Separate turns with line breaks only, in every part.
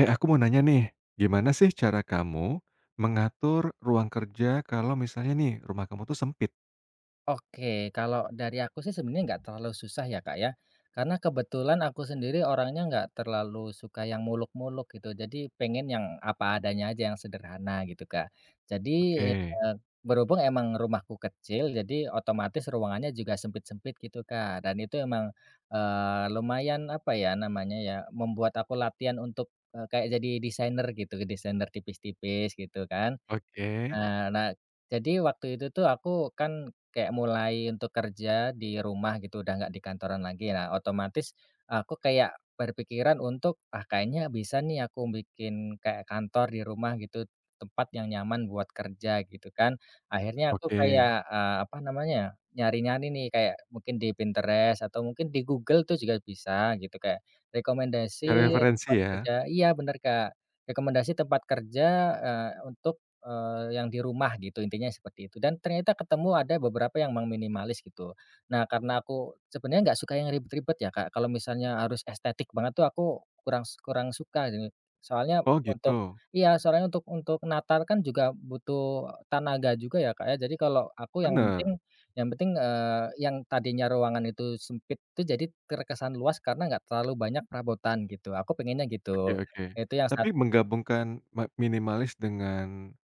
Eh, aku mau nanya nih, gimana sih cara kamu mengatur ruang kerja kalau misalnya nih rumah kamu tuh sempit?
Oke, kalau dari aku sih sebenarnya nggak terlalu susah ya Kak ya, karena kebetulan aku sendiri orangnya nggak terlalu suka yang muluk-muluk gitu, jadi pengen yang apa adanya aja, yang sederhana gitu Kak. Jadi,
Oke,
berhubung emang rumahku kecil, jadi otomatis ruangannya juga sempit-sempit gitu Kak, dan itu emang, lumayan apa ya namanya ya, membuat aku latihan untuk, kayak jadi desainer gitu, desainer tipis-tipis gitu kan.
oke,
Nah, nah, jadi waktu itu tuh aku kan kayak mulai untuk kerja di rumah gitu, udah nggak di kantoran lagi. Nah, otomatis aku kayak berpikiran untuk, "Ah, kayaknya bisa nih aku bikin kayak kantor di rumah gitu, tempat yang nyaman buat kerja," gitu kan. Akhirnya aku
oke.
kayak, apa namanya ya, nyari-nyari nih kayak mungkin di Pinterest atau mungkin di Google tuh juga bisa gitu, kayak
Cari
rekomendasi
referensi
tempat
ya?
kerja. Iya bener, Kak, rekomendasi tempat kerja, untuk, yang di rumah gitu, intinya seperti itu. Dan ternyata ketemu ada beberapa yang memang minimalis gitu. Nah karena aku sebenarnya nggak suka yang ribet-ribet ya Kak, kalau misalnya harus estetik banget tuh aku kurang kurang suka gini. Soalnya
Oh
untuk,
gitu,
iya, soalnya untuk natar kan juga butuh tenaga juga ya Kak ya, jadi kalau aku yang penting,
bener.
yang penting, yang tadinya ruangan itu sempit itu jadi terkesan luas karena nggak terlalu banyak perabotan gitu, aku pengennya
Oke,
gitu.
oke.
Itu yang
Tapi
satu
menggabungkan minimalis dengan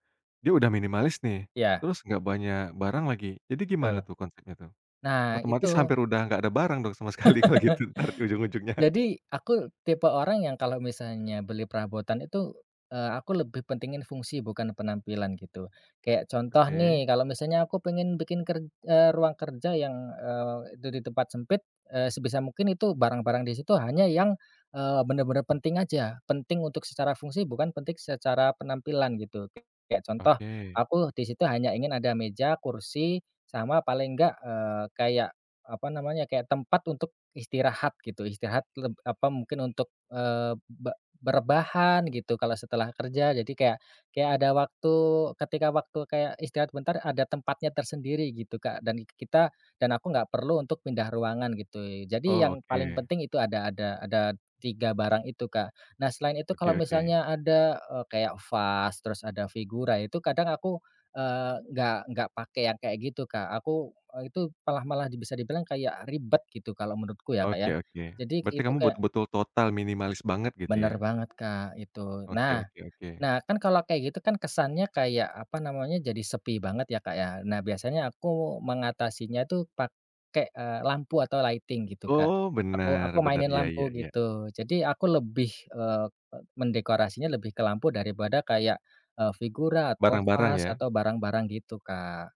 dia udah minimalis nih,
ya.
terus nggak banyak barang lagi. Jadi gimana
Betul.
tuh konsepnya tuh?
Nah itu,
Otomatis hampir udah nggak ada barang dong sama sekali kalau gitu ntar di ujung-ujungnya.
jadi, aku tipe orang yang kalau misalnya beli perabotan itu, aku lebih pentingin fungsi bukan penampilan gitu. Kayak contoh
Oke,
nih, kalau misalnya aku pengen bikin ruang kerja yang, itu di tempat sempit, sebisa mungkin itu barang-barang di situ hanya yang, bener-bener penting aja. Penting untuk secara fungsi bukan penting secara penampilan gitu. Kayak contoh,
oke.
aku di situ hanya ingin ada meja, kursi, sama paling enggak, kayak apa namanya, kayak tempat untuk istirahat gitu, istirahat apa, mungkin untuk, eee, be berebahan gitu kalau setelah kerja. Jadi kayak kayak ada waktu ketika waktu kayak istirahat bentar ada tempatnya tersendiri gitu, Kak, dan dan aku nggak perlu untuk pindah ruangan gitu. Jadi
Oh,
yang paling
oke.
penting itu ada 3 barang itu, Kak. Nah selain itu
Oke,
kalau
oke.
misalnya ada, kayak vas, terus ada figura, itu kadang aku, nggak pakai yang kayak gitu, Kak. Aku, itu malah malah bisa dibilang kayak ribet gitu kalau menurutku ya, Kak, ya.
Oke, oke.
Jadi
Berarti
itu
kamu
kayak
betul-betul total minimalis banget gitu
bener
ya?
banget, Kak, itu.
Oke,
Nah
oke, oke.
nah, kan kalau kayak gitu kan kesannya kayak, apa namanya, jadi sepi banget ya, Kak, ya. Nah biasanya aku mengatasinya itu pakai, lampu atau lighting gitu, Kak.
Oh,
Aku
benar,
aku
benar,
mainin
iya,
lampu
iya, iya.
gitu. Jadi aku lebih, eee, e mendekorasinya lebih ke lampu daripada kayak, figura atau
Barang-barang
vas
ya?
atau barang-barang gitu, Kak.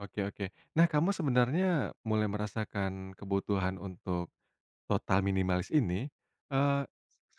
Oke, oke. Nah, kamu sebenarnya mulai merasakan kebutuhan untuk total minimalis ini, eee,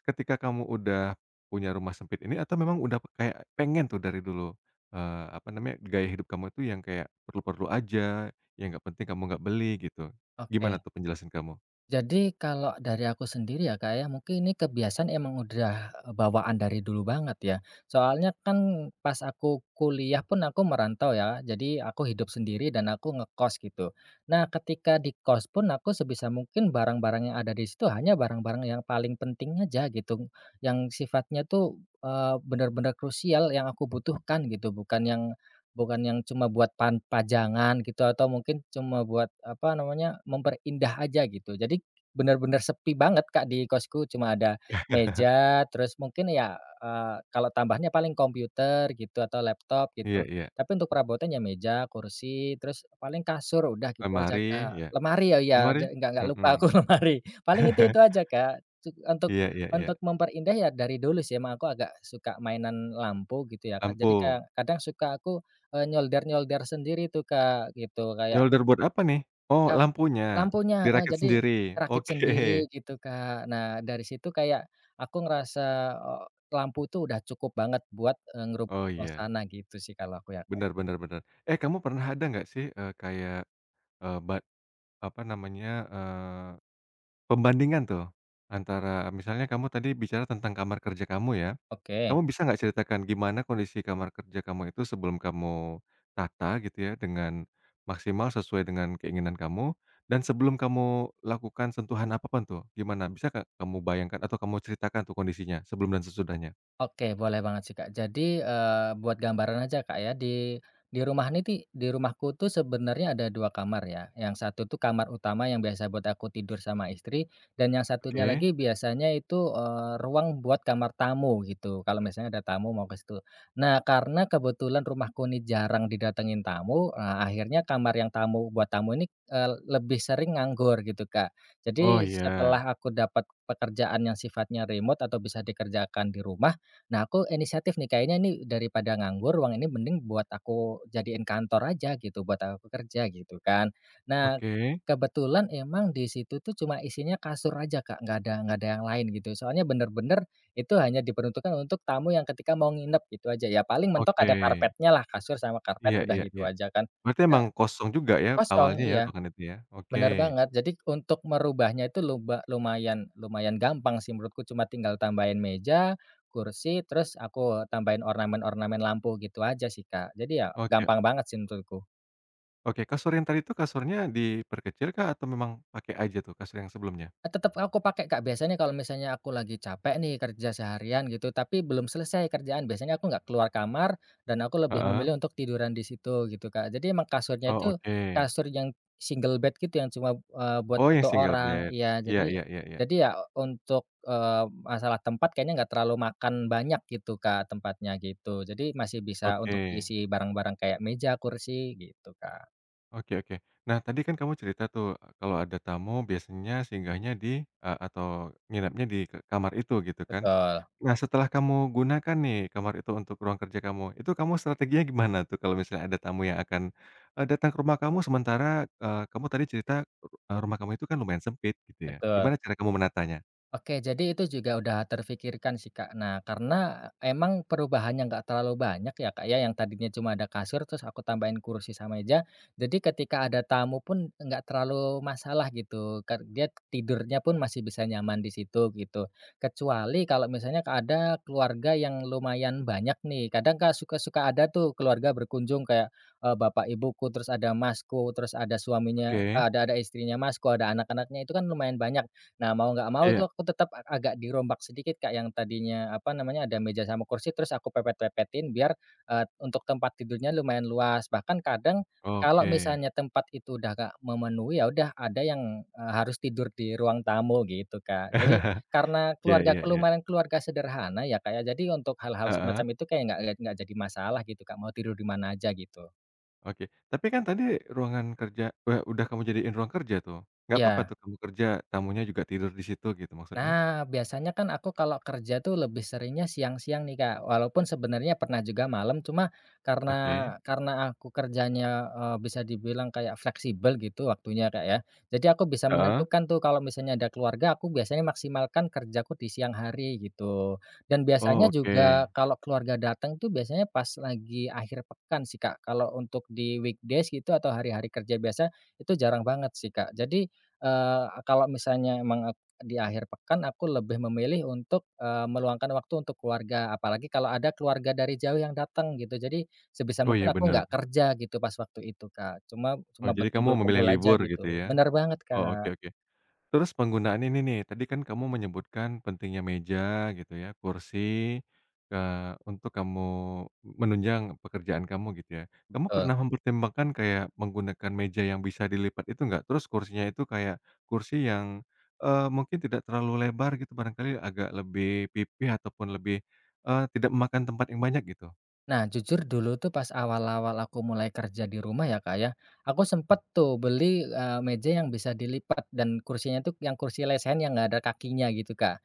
ketika kamu udah punya rumah sempit ini atau memang udah kayak pengen tuh dari dulu, apa namanya, gaya hidup kamu itu yang kayak perlu-perlu aja, yang nggak penting kamu nggak beli gitu? Gimana
Oke.
tuh penjelasan kamu?
Jadi kalau dari aku sendiri ya, Kak, ya, mungkin ini kebiasaan emang udah, bawaan dari dulu banget ya. Soalnya kan pas aku kuliah pun aku merantau ya, jadi aku hidup sendiri dan aku ngekos gitu. Nah ketika di kos pun aku sebisa mungkin barang-barang yang ada di situ hanya barang-barang yang paling penting aja gitu, yang sifatnya tuh, bener krusial yang aku butuhkan gitu, bukan yang bukan yang cuma buat pajangan gitu atau mungkin cuma buat apa namanya, memperindah aja gitu. Jadi bener-bener sepi banget, Kak, di kosku cuma ada meja, terus mungkin ya, kalau tambahnya paling komputer gitu atau laptop gitu.
Iya, iya.
Tapi untuk perabotan ya meja, kursi, terus paling kasur, udah gitu aja,
Lemari, iya.
Kak. Lemari, oh iya,
Lemari?
nggak
Mhm.
lupa aku lemari. Paling itu-itu aja, Kak. Untuk
Iya, iya, iya.
memperindah ya dari dulu sih emang aku agak suka mainan lampu gitu ya, Kak. Jadi kayak
Lampu.
kadang suka aku, nyolder-nyolder sendiri tuh, Kak, gitu. Kayak
Solder board apa nih? Oh,
ya,
lampunya.
lampunya, heeh,
Dirakit
jadi
sendiri.
rakit sendiri
Oke.
gitu, Kak. Nah, dari situ kayak aku ngerasa, eee, lampu tuh udah cukup banget buat, ngerubah
Oh, iya.
suasana gitu sih kalau aku ya, Kak.
Benar-benar, benar, benar. Eh, kamu pernah ada nggak sih, kayak, eee, bat apa namanya, eee, pembandingan tuh, antara misalnya kamu tadi bicara tentang kamar kerja kamu ya.
Oke.
Kamu bisa nggak ceritakan gimana kondisi kamar kerja kamu itu sebelum kamu tata gitu ya, dengan maksimal sesuai dengan keinginan kamu, dan sebelum kamu lakukan sentuhan apapun tuh, gimana? Bisa nggak kamu bayangkan atau kamu ceritakan tuh kondisinya sebelum dan sesudahnya?
Oke, boleh banget sih, Kak. Jadi, buat gambaran aja, Kak, ya, di rumah ini ti di rumahku tuh sebenarnya ada 2 kamar ya. Yang satu tuh kamar utama yang biasa buat aku tidur sama istri, dan yang satunya
Oke.
lagi biasanya itu, ruang buat kamar tamu gitu, kalau misalnya ada tamu mau ke situ. Nah, karena kebetulan rumahku ini jarang didatengin tamu, akhirnya kamar yang buat tamu ini, lebih sering nganggur gitu, Kak.
Oh
Jadi
iya.
setelah aku dapat pekerjaan yang sifatnya remote atau bisa dikerjakan di rumah, nah, aku inisiatif nih, kayaknya ini daripada nganggur, uang ini mending buat aku jadiin kantor aja gitu, buat aku kerja gitu kan. Nah,
Oke,
kebetulan emang di situ tuh cuma isinya kasur aja Kak, nggak ada yang lain gitu. Soalnya bener-bener itu hanya diperuntukkan untuk tamu yang ketika mau nginep gitu aja, ya paling mentok
oke.
ada karpetnya lah, kasur sama karpet
Iya,
udah
iya,
gitu
iya.
aja kan.
Berarti emang
Ya,
kosong juga ya
kosong,
awalnya ya
iya
ruangan itu ya? Oke,
benar banget. Jadi untuk merubahnya itu lumayan lumayan gampang sih menurutku, cuma tinggal tambahin meja, kursi, terus aku tambahin ornamen-ornamen lampu gitu aja sih, Kak. Jadi ya
oke,
gampang banget sih menurutku.
oke. Kasur yang tadi itu kasurnya diperkecil kah atau memang pakai aja tuh kasur yang sebelumnya?
Tetap aku pakai, Kak. Biasanya kalau misalnya aku lagi capek nih kerja seharian gitu, tapi belum selesai kerjaan, biasanya aku nggak keluar kamar dan aku lebih
Heeh.
memilih untuk tiduran di situ gitu, Kak. Jadi emang kasurnya
Oh,
itu
oke.
kasur yang single bed gitu yang cuma, buat
Oh, yang
satu
single
orang.
bed.
Iya,
Iya, iya, iya, iya.
jadi ya untuk, masalah tempat kayaknya nggak terlalu makan banyak gitu, Kak, tempatnya gitu. Jadi masih bisa untuk
Oke.
diisi barang-barang kayak meja, kursi gitu, Kak.
Oke, oke. Nah, tadi kan kamu cerita tuh, kalau ada tamu biasanya singgahnya di atau nginapnya di kamar itu, gitu kan.
Betul,
Nah, setelah kamu gunakan nih kamar itu untuk ruang kerja kamu, itu kamu strateginya gimana tuh kalau misalnya ada tamu yang akan, datang ke rumah kamu sementara, kamu tadi cerita, rumah kamu itu kan lumayan sempit, gitu ya.
betul.
Gimana cara kamu menatanya?
Oke, jadi itu juga udah terfikirkan sih, Kak. Nah, karena emang perubahannya nggak terlalu banyak ya, Kak, ya, yang tadinya cuma ada kasur terus aku tambahin kursi sama meja. Jadi ketika ada tamu pun nggak terlalu masalah gitu, Kak, dia tidurnya pun masih bisa nyaman di situ gitu. Kecuali kalau misalnya Kak, ada keluarga yang lumayan banyak nih, kadang Kak, suka-suka ada tuh keluarga berkunjung kayak, bapak ibuku, terus ada masku, terus ada
Oke.
ada istrinya masku, ada anak-anaknya, itu kan lumayan banyak. Nah, mau nggak mau tuh
Iya.
aku tetap agak dirombak sedikit, Kak, yang tadinya, apa namanya, ada meja sama kursi terus aku pepet-pepetin biar, untuk tempat tidurnya lumayan luas. Bahkan kadang kalau
Oke.
misalnya tempat itu udah nggak memenuhi, ya udah ada yang, harus tidur di ruang tamu gitu, Kak. Jadi karena
Iya, iya,
keluargaku
iya.
lumayan keluarga sederhana ya, Kak, ya, jadi untuk hal-hal
Heeh.
semacam itu kayak nggak jadi masalah gitu, Kak, mau tidur di mana aja gitu.
Oke, tapi kan tadi ruangan kerja udah kamu jadiin ruang kerja tuh, nggak apa-apa
Ya.
tuh kamu kerja, tamunya juga tidur di situ gitu maksudnya?
Nah, biasanya kan aku kalau kerja tuh lebih seringnya siang-siang nih, Kak. Walaupun sebenarnya pernah juga malam, cuma karena,
Oke,
aku kerjanya, bisa dibilang kayak fleksibel gitu waktunya, Kak, ya. Jadi aku bisa
heeh,
menentukan tuh kalau misalnya ada keluarga, aku biasanya maksimalkan kerjaku di siang hari gitu. Dan
oh
biasanya
oke.
juga kalau keluarga datang tuh biasanya pas lagi akhir pekan sih, Kak. Kalau untuk di weekdays gitu atau hari-hari kerja biasa, itu jarang banget sih, Kak. Jadi, kalau misalnya emang di akhir pekan aku lebih memilih untuk, meluangkan waktu untuk keluarga, apalagi kalau ada keluarga dari jauh yang datang gitu. Jadi sebisa
Oh
mungkin
iya
aku
bener.
nggak kerja gitu pas waktu itu, Kak. Cuma cuma
Oh jadi
buat
kamu memilih
kumpul-kumpul aja
libur gitu
gitu.
ya?
Benar banget,
Oh, oke,
Kak.
oke. Terus penggunaan ini nih, tadi kan kamu menyebutkan pentingnya meja gitu ya, kursi, untuk kamu menunjang pekerjaan kamu gitu ya. Kamu
Betul.
pernah mempertimbangkan kayak menggunakan meja yang bisa dilipat itu nggak? Terus kursinya itu kayak kursi yang, mungkin tidak terlalu lebar gitu barangkali agak lebih pipih ataupun lebih, tidak memakan tempat yang banyak gitu?
Nah, jujur dulu tuh pas awal-awal aku mulai kerja di rumah ya, Kak, ya, aku sempet tuh beli, meja yang bisa dilipat dan kursinya tuh yang kursi lesen yang nggak ada kakinya gitu, Kak.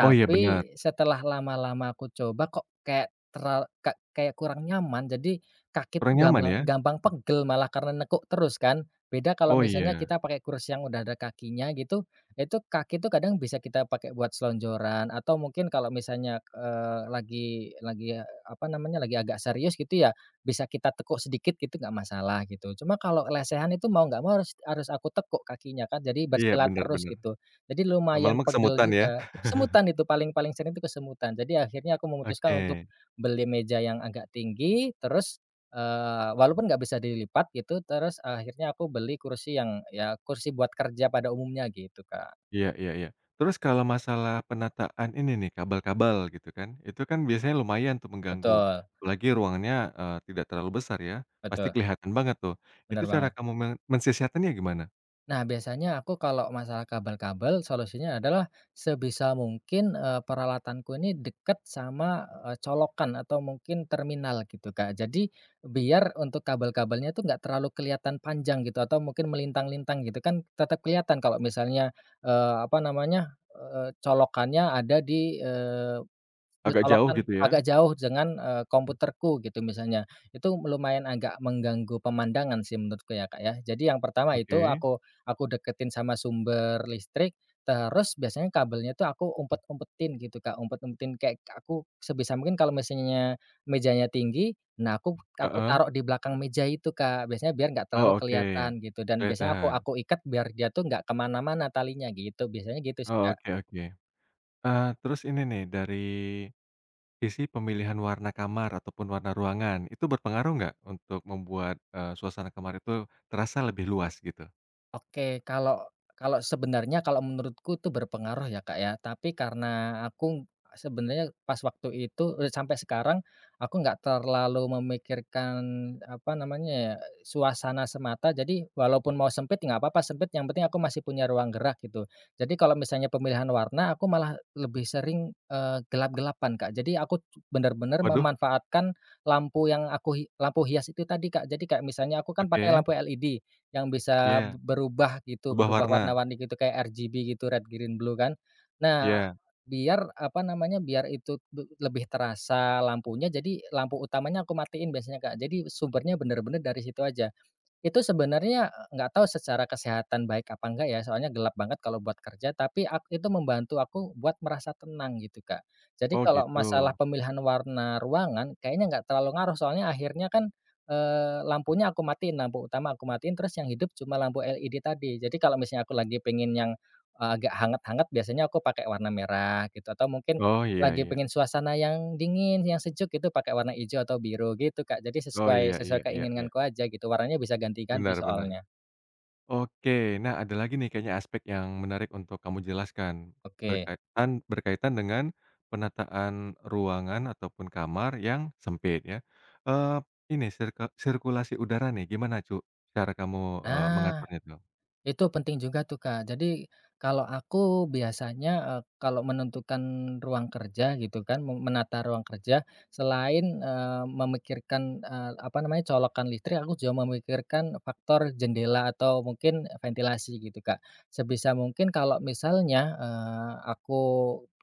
Oh iya benar,
setelah lama-lama aku coba kok kayak teral ka kayak kurang nyaman, jadi kaki tuh
kurang nyaman
gampang
ya?
gampang pegel malah karena nekuk terus kan. Beda kalau
Oh
misalnya
iya,
kita pakai kursi yang udah ada kakinya gitu, itu kaki tuh kadang bisa kita pakai buat selonjoran atau mungkin kalau misalnya, apa namanya, lagi agak serius gitu ya, bisa kita tekuk sedikit gitu nggak masalah gitu. Cuma kalau lesehan itu mau nggak mau harus harus aku tekuk kakinya kan, jadi
iya
bersilat terus
benar-benar.
gitu. Jadi lumayan
Lama-lama
pegel
kesemutan ya?
juga, kesemutan itu paling paling sering itu kesemutan. Jadi akhirnya aku memutuskan untuk
Oke.
beli meja yang agak tinggi terus, walaupun nggak bisa dilipat gitu, terus akhirnya aku beli kursi yang ya kursi buat kerja pada umumnya gitu, Kak.
Iya, iya, iya. Terus kalau masalah penataan ini nih, kabel-kabel gitu kan, itu kan biasanya lumayan tuh mengganggu,
Betul,
apalagi ruangannya, tidak terlalu besar ya, pasti
betul,
kelihatan banget tuh. Itu
bener
cara
banget.
kamu mensiasatinya gimana?
Nah, biasanya aku kalau masalah kabel-kabel, solusinya adalah sebisa mungkin, peralatanku ini dekat sama, colokan atau mungkin terminal gitu, Kak. Jadi, biar untuk kabel-kabelnya itu nggak terlalu kelihatan panjang gitu atau mungkin melintang-lintang gitu kan tetap kelihatan kalau misalnya, apa namanya, colokannya ada di,
Agak jauh
ditolokkan
gitu ya?
agak jauh dengan, komputerku gitu misalnya. Itu lumayan agak mengganggu pemandangan sih menurutku ya, Kak, ya. Jadi yang pertama itu
Oke,
aku deketin sama sumber listrik, terus biasanya kabelnya tuh aku umpet-umpetin gitu, Kak, umpet-umpetin kayak aku sebisa mungkin kalau misalnya mejanya tinggi, nah aku
heeh.
taruh di belakang meja itu, Kak, biasanya biar nggak terlalu
Oh oke,
kelihatan gitu dan biasanya aku
kelihatan.
aku ikat biar dia tuh nggak kemana-mana talinya gitu, biasanya gitu sih,
Oh,
Kak.
oke, oke. Terus ini nih, dari sisi pemilihan warna kamar ataupun warna ruangan, itu berpengaruh nggak untuk membuat, suasana kamar itu terasa lebih luas gitu?
Oke, kalau kalau sebenarnya kalau menurutku itu berpengaruh ya, Kak, ya. Tapi karena aku sebenarnya pas waktu itu sampai sekarang aku nggak terlalu memikirkan, apa namanya ya, suasana semata. Jadi walaupun mau sempit nggak apa-apa sempit, yang penting aku masih punya ruang gerak gitu. Jadi kalau misalnya pemilihan warna aku malah lebih sering, gelap-gelapan, Kak. Jadi aku benar-benar
Waduh,
memanfaatkan lampu yang aku hi lampu hias itu tadi, Kak. Jadi kayak misalnya aku kan pakai
oke,
lampu LED. Yang bisa
iya.
berubah gitu,
Berubah
berubah
warna?
warna-warni gitu kayak RGB gitu, red, green, blue kan. Nah,
Iya.
biar apa namanya, biar itu lebih terasa lampunya, jadi lampu utamanya aku matiin biasanya Kak, jadi sumbernya bener-bener dari situ aja. Itu sebenarnya, nggak tahu secara kesehatan baik apa enggak ya, soalnya gelap banget kalau buat kerja, tapi itu membantu aku buat merasa tenang gitu, Kak. Jadi
Oh
kalau
gitu.
masalah pemilihan warna ruangan, kayaknya nggak terlalu ngaruh, soalnya akhirnya kan, lampunya aku matiin, lampu utama aku matiin, terus yang hidup cuma lampu LED tadi. Jadi kalau misalnya aku lagi pengen yang, agak hangat-hangat, biasanya aku pakai warna merah gitu, atau mungkin
Oh iya,
lagi
iya.
pengen suasana yang dingin, yang sejuk itu pakai warna hijau atau biru gitu, Kak. Jadi
Oh
sesuai
iya,
sesuai
iya, iya, iya.
keinginanku aja gitu, warnanya bisa ganti-ganti
Benar, benar.
soalnya.
Oke, nah ada lagi nih kayaknya aspek yang menarik untuk kamu jelaskan,
Oke.
berkaitan berkaitan dengan penataan ruangan ataupun kamar yang sempit ya. Eee, ini sirkulasi udara nih gimana cara kamu,
Ah.
mengaturnya tuh?
Itu penting juga tuh, Kak. Jadi, kalau aku biasanya, kalau menentukan ruang kerja gitu kan, menata ruang kerja, selain, memikirkan, apa namanya, colokan listrik, aku juga memikirkan faktor jendela atau mungkin ventilasi gitu, Kak. Sebisa mungkin kalau misalnya, aku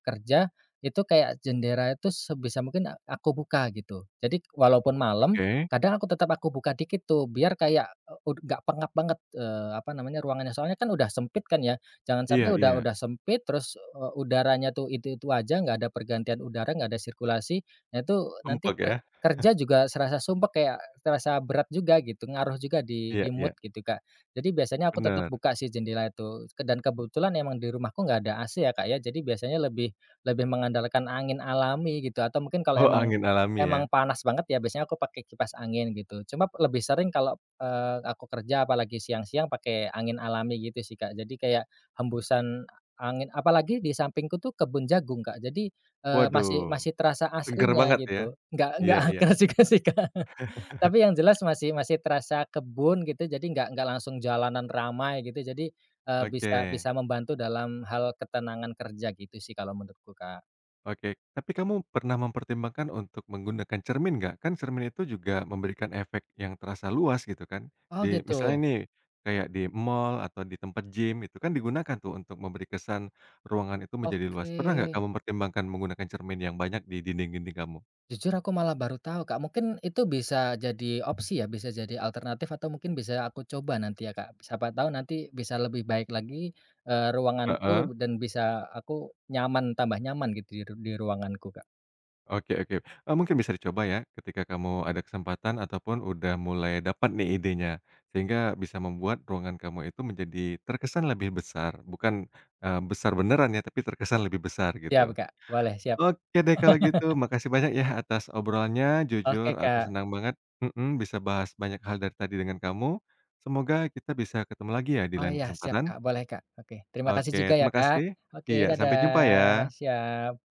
kerja, itu kayak jendela itu sebisa mungkin aku buka gitu. Jadi walaupun malam,
Oke.
kadang aku tetap buka dikit tuh biar kayak, eee, ud nggak pengap banget, apa namanya, ruangannya. Soalnya kan udah sempit kan ya, jangan sampai
Iya,
udah
iya.
udah sempit terus, udaranya tuh itu-itu aja, nggak ada pergantian udara, nggak ada sirkulasi. Nah itu nanti
Sumpek
ke
ya?
kerja juga serasa sumpek, kayak terasa berat juga gitu, ngaruh juga di
Iya, iya.
mood gitu, Kak. Jadi biasanya aku tetap
Benar.
buka sih jendela itu, dan kebetulan emang di rumahku nggak ada AC ya, Kak, ya. Jadi biasanya lebih lebih mengandalkan angin alami gitu, atau mungkin kalau
Oh
emang
angin alami ya?
emang panas banget ya, biasanya aku pakai kipas angin gitu. Cuma lebih sering kalau, aku kerja apalagi siang-siang pakai angin alami gitu sih, Kak. Jadi kayak hembusan angin apalagi di sampingku tuh kebun jagung, Kak. Jadi, masih
Waduh,
masih terasa
seger
asrinya
banget ya?
gitu. Nggak
Iya, iya.
akar juga sih, Kak. Tapi yang jelas masih masih terasa kebun gitu, jadi nggak langsung jalanan ramai gitu. Jadi,
Oke,
bisa bisa membantu dalam hal ketenangan kerja gitu sih kalau menurutku, Kak.
oke. Tapi kamu pernah mempertimbangkan untuk menggunakan cermin nggak? Kan cermin itu juga memberikan efek yang terasa luas gitu kan.
Oh
Di misalnya
gitu?
nih, kayak di mall atau di tempat gym itu kan digunakan tuh untuk memberi kesan ruangan itu menjadi luas.
Oke.
Pernah nggak kamu mempertimbangkan menggunakan cermin yang banyak di dinding-dinding kamu?
Jujur aku malah baru tahu, Kak. Mungkin itu bisa jadi opsi ya, bisa jadi alternatif atau mungkin bisa aku coba nanti ya, Kak. Siapa tahu nanti bisa lebih baik lagi, ruanganku
Heeh.
dan bisa aku nyaman, tambah nyaman gitu di di ruanganku, Kak.
Oke, oke, mungkin bisa dicoba ya ketika kamu ada kesempatan ataupun udah mulai dapat nih idenya, sehingga bisa membuat ruangan kamu itu menjadi terkesan lebih besar, bukan, besar beneran ya, tapi terkesan lebih besar
Siap,
gitu.
Kak. Boleh, siap.
Oke deh kalau gitu, makasih banyak ya atas obrolannya, jujur
Oke,
aku
Kak.
senang banget, mhm, bisa bahas banyak hal dari tadi dengan kamu, semoga kita bisa ketemu lagi ya di
Oh,
lain
ya siap,
kesempatan.
Kak. Boleh, Kak. Oke. Terima kasih
Oke
juga ya,
terima
Kak.
kasih,
Oke,
iya sampai jumpa ya.
dadah. Siap.